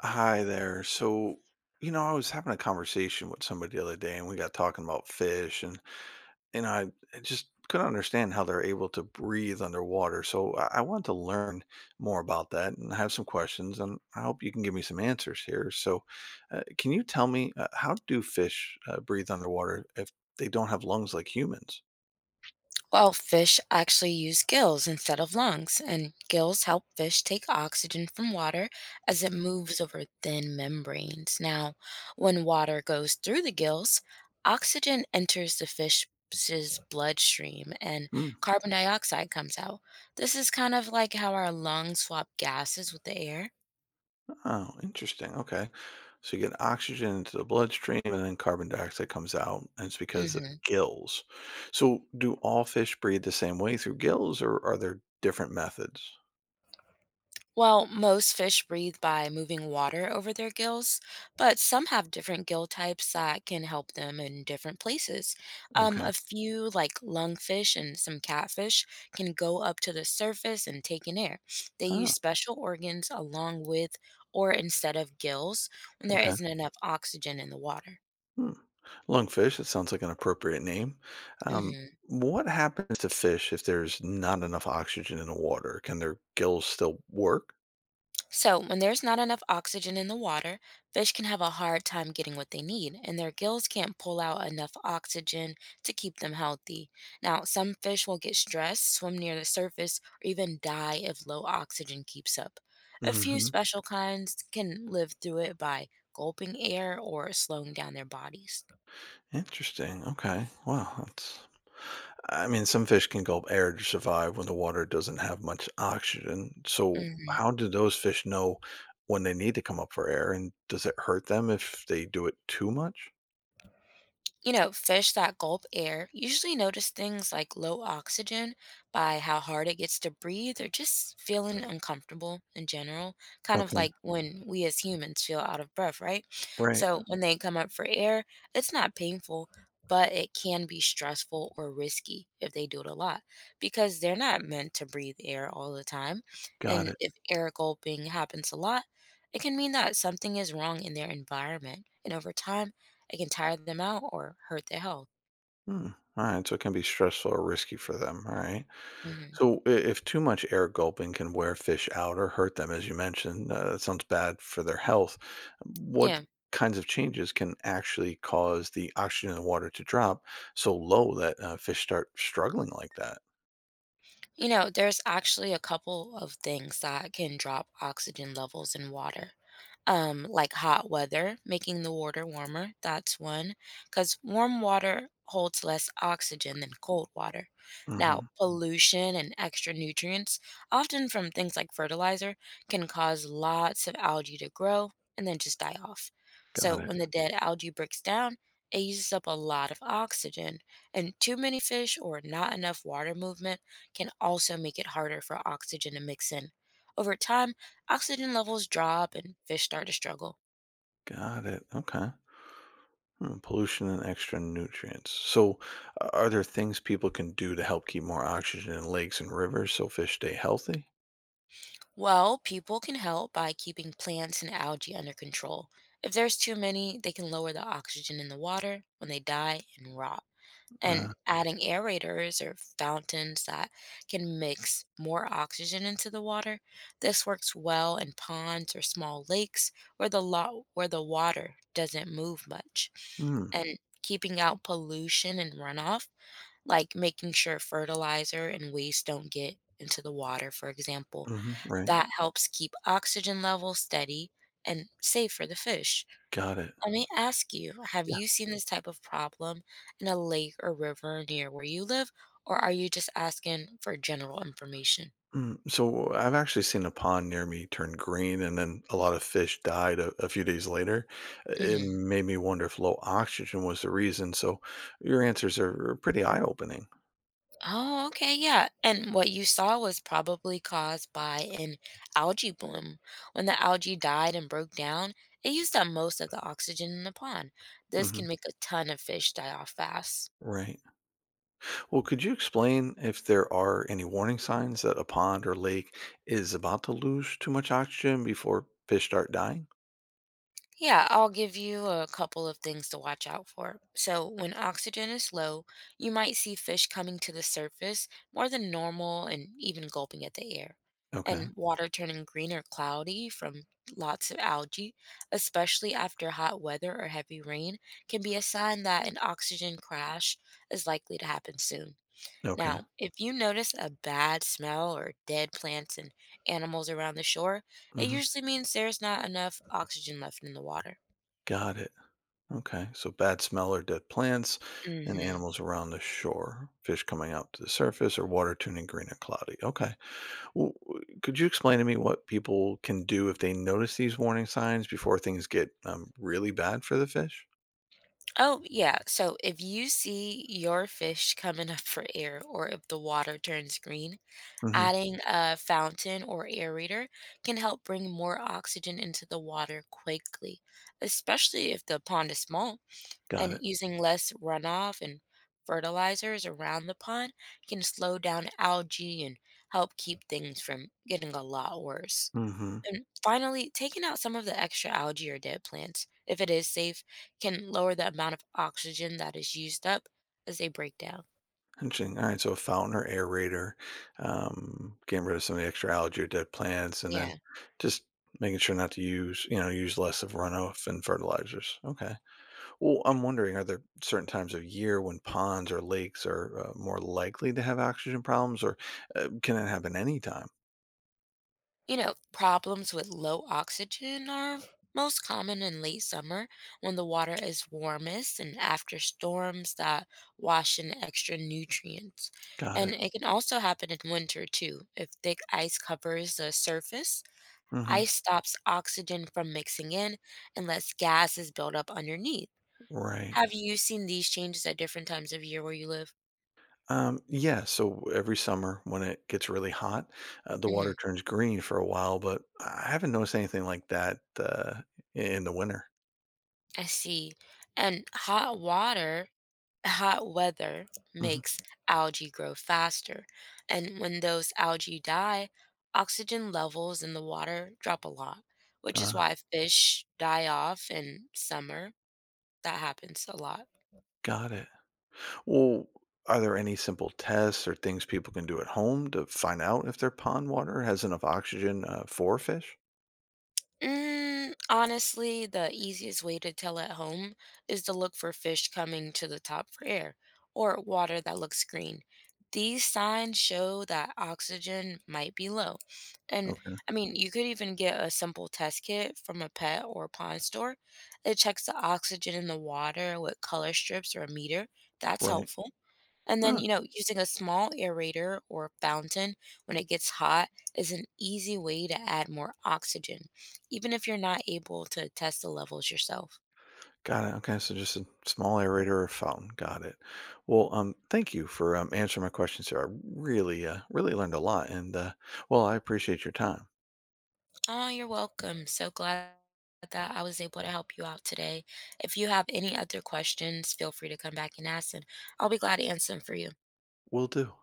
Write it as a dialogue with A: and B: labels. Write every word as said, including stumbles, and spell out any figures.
A: Hi there. So, you know, I was having a conversation with somebody the other day and we got talking about fish and you know, I, I just couldn't understand how they're able to breathe underwater. So I, I want to learn more about that and I have some questions and I hope you can give me some answers here. So, uh, can you tell me uh, how do fish uh, breathe underwater if they don't have lungs like humans?
B: Well, fish actually use gills instead of lungs, and gills help fish take oxygen from water as it moves over thin membranes. Now, when water goes through the gills, oxygen enters the fish's bloodstream and
A: Hmm?
B: carbon dioxide comes out. This is kind of like how our lungs swap gases with the air.
A: Oh, interesting. Okay. So you get oxygen into the bloodstream and then carbon dioxide comes out, and it's because of
B: Hmm.
A: gills. So do all fish breathe the same way through gills or are there different methods?
B: Well, most fish breathe by moving water over their gills, but some have different gill types that can help them in different places. Um,
A: Okay.
B: a few, like lungfish and some catfish, can go up to the surface and take in air. They
A: Oh,
B: use special organs along with or instead of gills when there
A: okay.
B: isn't enough oxygen in the water.
A: Hmm. Lungfish, that sounds like an appropriate name. Um,
B: Hmm.
A: what happens to fish if there's not enough oxygen in the water? Can their gills still work?
B: So, when there's not enough oxygen in the water, fish can have a hard time getting what they need, and their gills can't pull out enough oxygen to keep them healthy. Now, some fish will get stressed, swim near the surface, or even die if low oxygen keeps up. A few
A: Hmm.
B: special kinds can live through it by gulping air or slowing down their bodies.
A: Interesting. Okay. Wow. That's I mean, some fish can gulp air to survive when the water doesn't have much oxygen. So,
B: Mhm.
A: how do those fish know when they need to come up for air? And does it hurt them if they do it too much?
B: You know, fish that gulp air usually notice things like low oxygen by how hard it gets to breathe or just feeling uncomfortable in general, kind of
A: Okay,
B: like when we as humans feel out of breath, right?
A: right.
B: So when they come up for air, it's not painful, but it can be stressful or risky if they do it a lot because they're not meant to breathe air all the time.
A: Got
B: And
A: it.
B: if air gulping happens a lot, it can mean that something is wrong in their environment. And over time, it can tire them out or hurt their health.
A: Hmm. All right. So, it can be stressful or risky for them. All right.
B: Hmm.
A: So, i- if too much air gulping can wear fish out or hurt them, as you mentioned, uh, that sounds bad for their health. What
B: Yeah.
A: kinds of changes can actually cause the oxygen in the water to drop so low that uh, fish start struggling like that?
B: You know, there's actually a couple of things that can drop oxygen levels in water. Um, like hot weather, making the water warmer. That's one, because warm water holds less oxygen than cold water. Now,
A: Hmm.
B: pollution and extra nutrients, often from things like fertilizer, can cause lots of algae to grow and then just die off. So,
A: Got it.
B: when the dead algae breaks down, it uses up a lot of oxygen, and too many fish or not enough water movement can also make it harder for oxygen to mix in. Over time, oxygen levels drop and fish start to struggle.
A: Got it. Okay. Hmm, pollution and extra nutrients. So, uh, are there things people can do to help keep more oxygen in lakes and rivers so fish stay healthy?
B: Well, people can help by keeping plants and algae under control. If there's too many, they can lower the oxygen in the water when they die and rot.
A: Uh,
B: And adding aerators or fountains that can mix more oxygen into the water. This works well in ponds or small lakes where the lo- where the water doesn't move much.
A: mm,
B: And keeping out pollution and runoff like making sure fertilizer and waste don't get into the water, for example.
A: hmm, mm-hmm, right.
B: That helps keep oxygen levels steady and safe for the fish.
A: Got it.
B: Let me ask you, have you seen this type of problem in a lake or river near where you live, or are you just asking for general information?
A: Mm, so I've actually seen a pond near me turn green, and then a lot of fish died a, a few days later. Uh, It
B: Mhm.
A: made me wonder if low oxygen was the reason. So your answers are pretty eye opening.
B: Oh, okay, yeah. And what you saw was probably caused by an algae bloom. When the algae died and broke down, it used up most of the oxygen in the pond. This can
A: Hmm.
B: make a ton of fish die off fast.
A: Right. Well, could you explain if there are any warning signs that a pond or lake is about to lose too much oxygen before fish start dying?
B: Yeah, I'll give you a couple of things to watch out for. So, when oxygen is low, you might see fish coming to the surface more than normal and even gulping at the air.
A: Okay.
B: And water turning green or cloudy from lots of algae, especially after hot weather or heavy rain, can be a sign that an oxygen crash is likely to happen soon.
A: Okay.
B: Now, if you notice a bad smell or dead plants and animals around the shore, it
A: Hmm.
B: usually means there's not enough oxygen left in the water.
A: Got it. Okay, so bad smell or dead plants and
B: Mhm.
A: animals around the shore, fish coming out to the surface, or water turning green and cloudy. Okay, well, could you explain to me what people can do if they notice these warning signs before things get um, really bad for the fish?
B: Oh, yeah. So if you see your fish coming up for air or if the water turns green,
A: Hmm.
B: adding a fountain or aerator can help bring more oxygen into the water quickly, especially if the pond is small.
A: Got
B: And
A: it.
B: using less runoff and fertilizers around the pond can slow down algae and help keep things from getting a lot worse.
A: Hmm.
B: And finally, taking out some of the extra algae or dead plants, if it is safe, can lower the amount of oxygen that is used up as they break down.
A: Interesting. All right, so a fountain or aerator, um, getting rid of some of the extra algae or dead plants, and then
B: Yeah.
A: just making sure not to use, you know, use less of runoff and fertilizers. Okay. Well, I'm wondering, are there certain times of year when ponds or lakes are uh, more likely to have oxygen problems, or uh, can it happen anytime?
B: You know, problems with low oxygen are most common in late summer when the water is warmest and after storms that wash in extra nutrients.
A: Got
B: And
A: it.
B: it can also happen in winter too. If thick ice covers the surface,
A: Hmm.
B: ice stops oxygen from mixing in and lets gases build up underneath.
A: Right.
B: Have you seen these changes at different times of year where you live?
A: Um, yeah. So every summer when it gets really hot, uh, the
B: Mhm,
A: water turns green for a while, but I haven't noticed anything like that uh, in the winter.
B: I see. And hot water hot weather
A: Hmm.
B: makes algae grow faster, and when those algae die, oxygen levels in the water drop a lot, which is
A: Uh,
B: why fish die off in summer. That happens a lot.
A: got it. Well, are there any simple tests or things people can do at home to find out if their pond water has enough oxygen uh, for fish?
B: Mm, honestly, the easiest way to tell at home is to look for fish coming to the top for air or water that looks green. These signs show that oxygen might be low. And
A: Okay.
B: I mean, you could even get a simple test kit from a pet or pond store. It checks the oxygen in the water with color strips or a meter. That's
A: Right.
B: helpful. And then,
A: Huh.
B: you know, using a small aerator or fountain when it gets hot is an easy way to add more oxygen, even if you're not able to test the levels yourself.
A: Got it. Okay, so just a small aerator or fountain. Got it. Well, um, thank you for um, answering my questions here. I really, uh, really learned a lot, and uh, well, I appreciate your time.
B: Oh, you're welcome. So glad that I was able to help you out today. If you have any other questions, feel free to come back and ask, and I'll be glad to answer them for you.
A: Will do.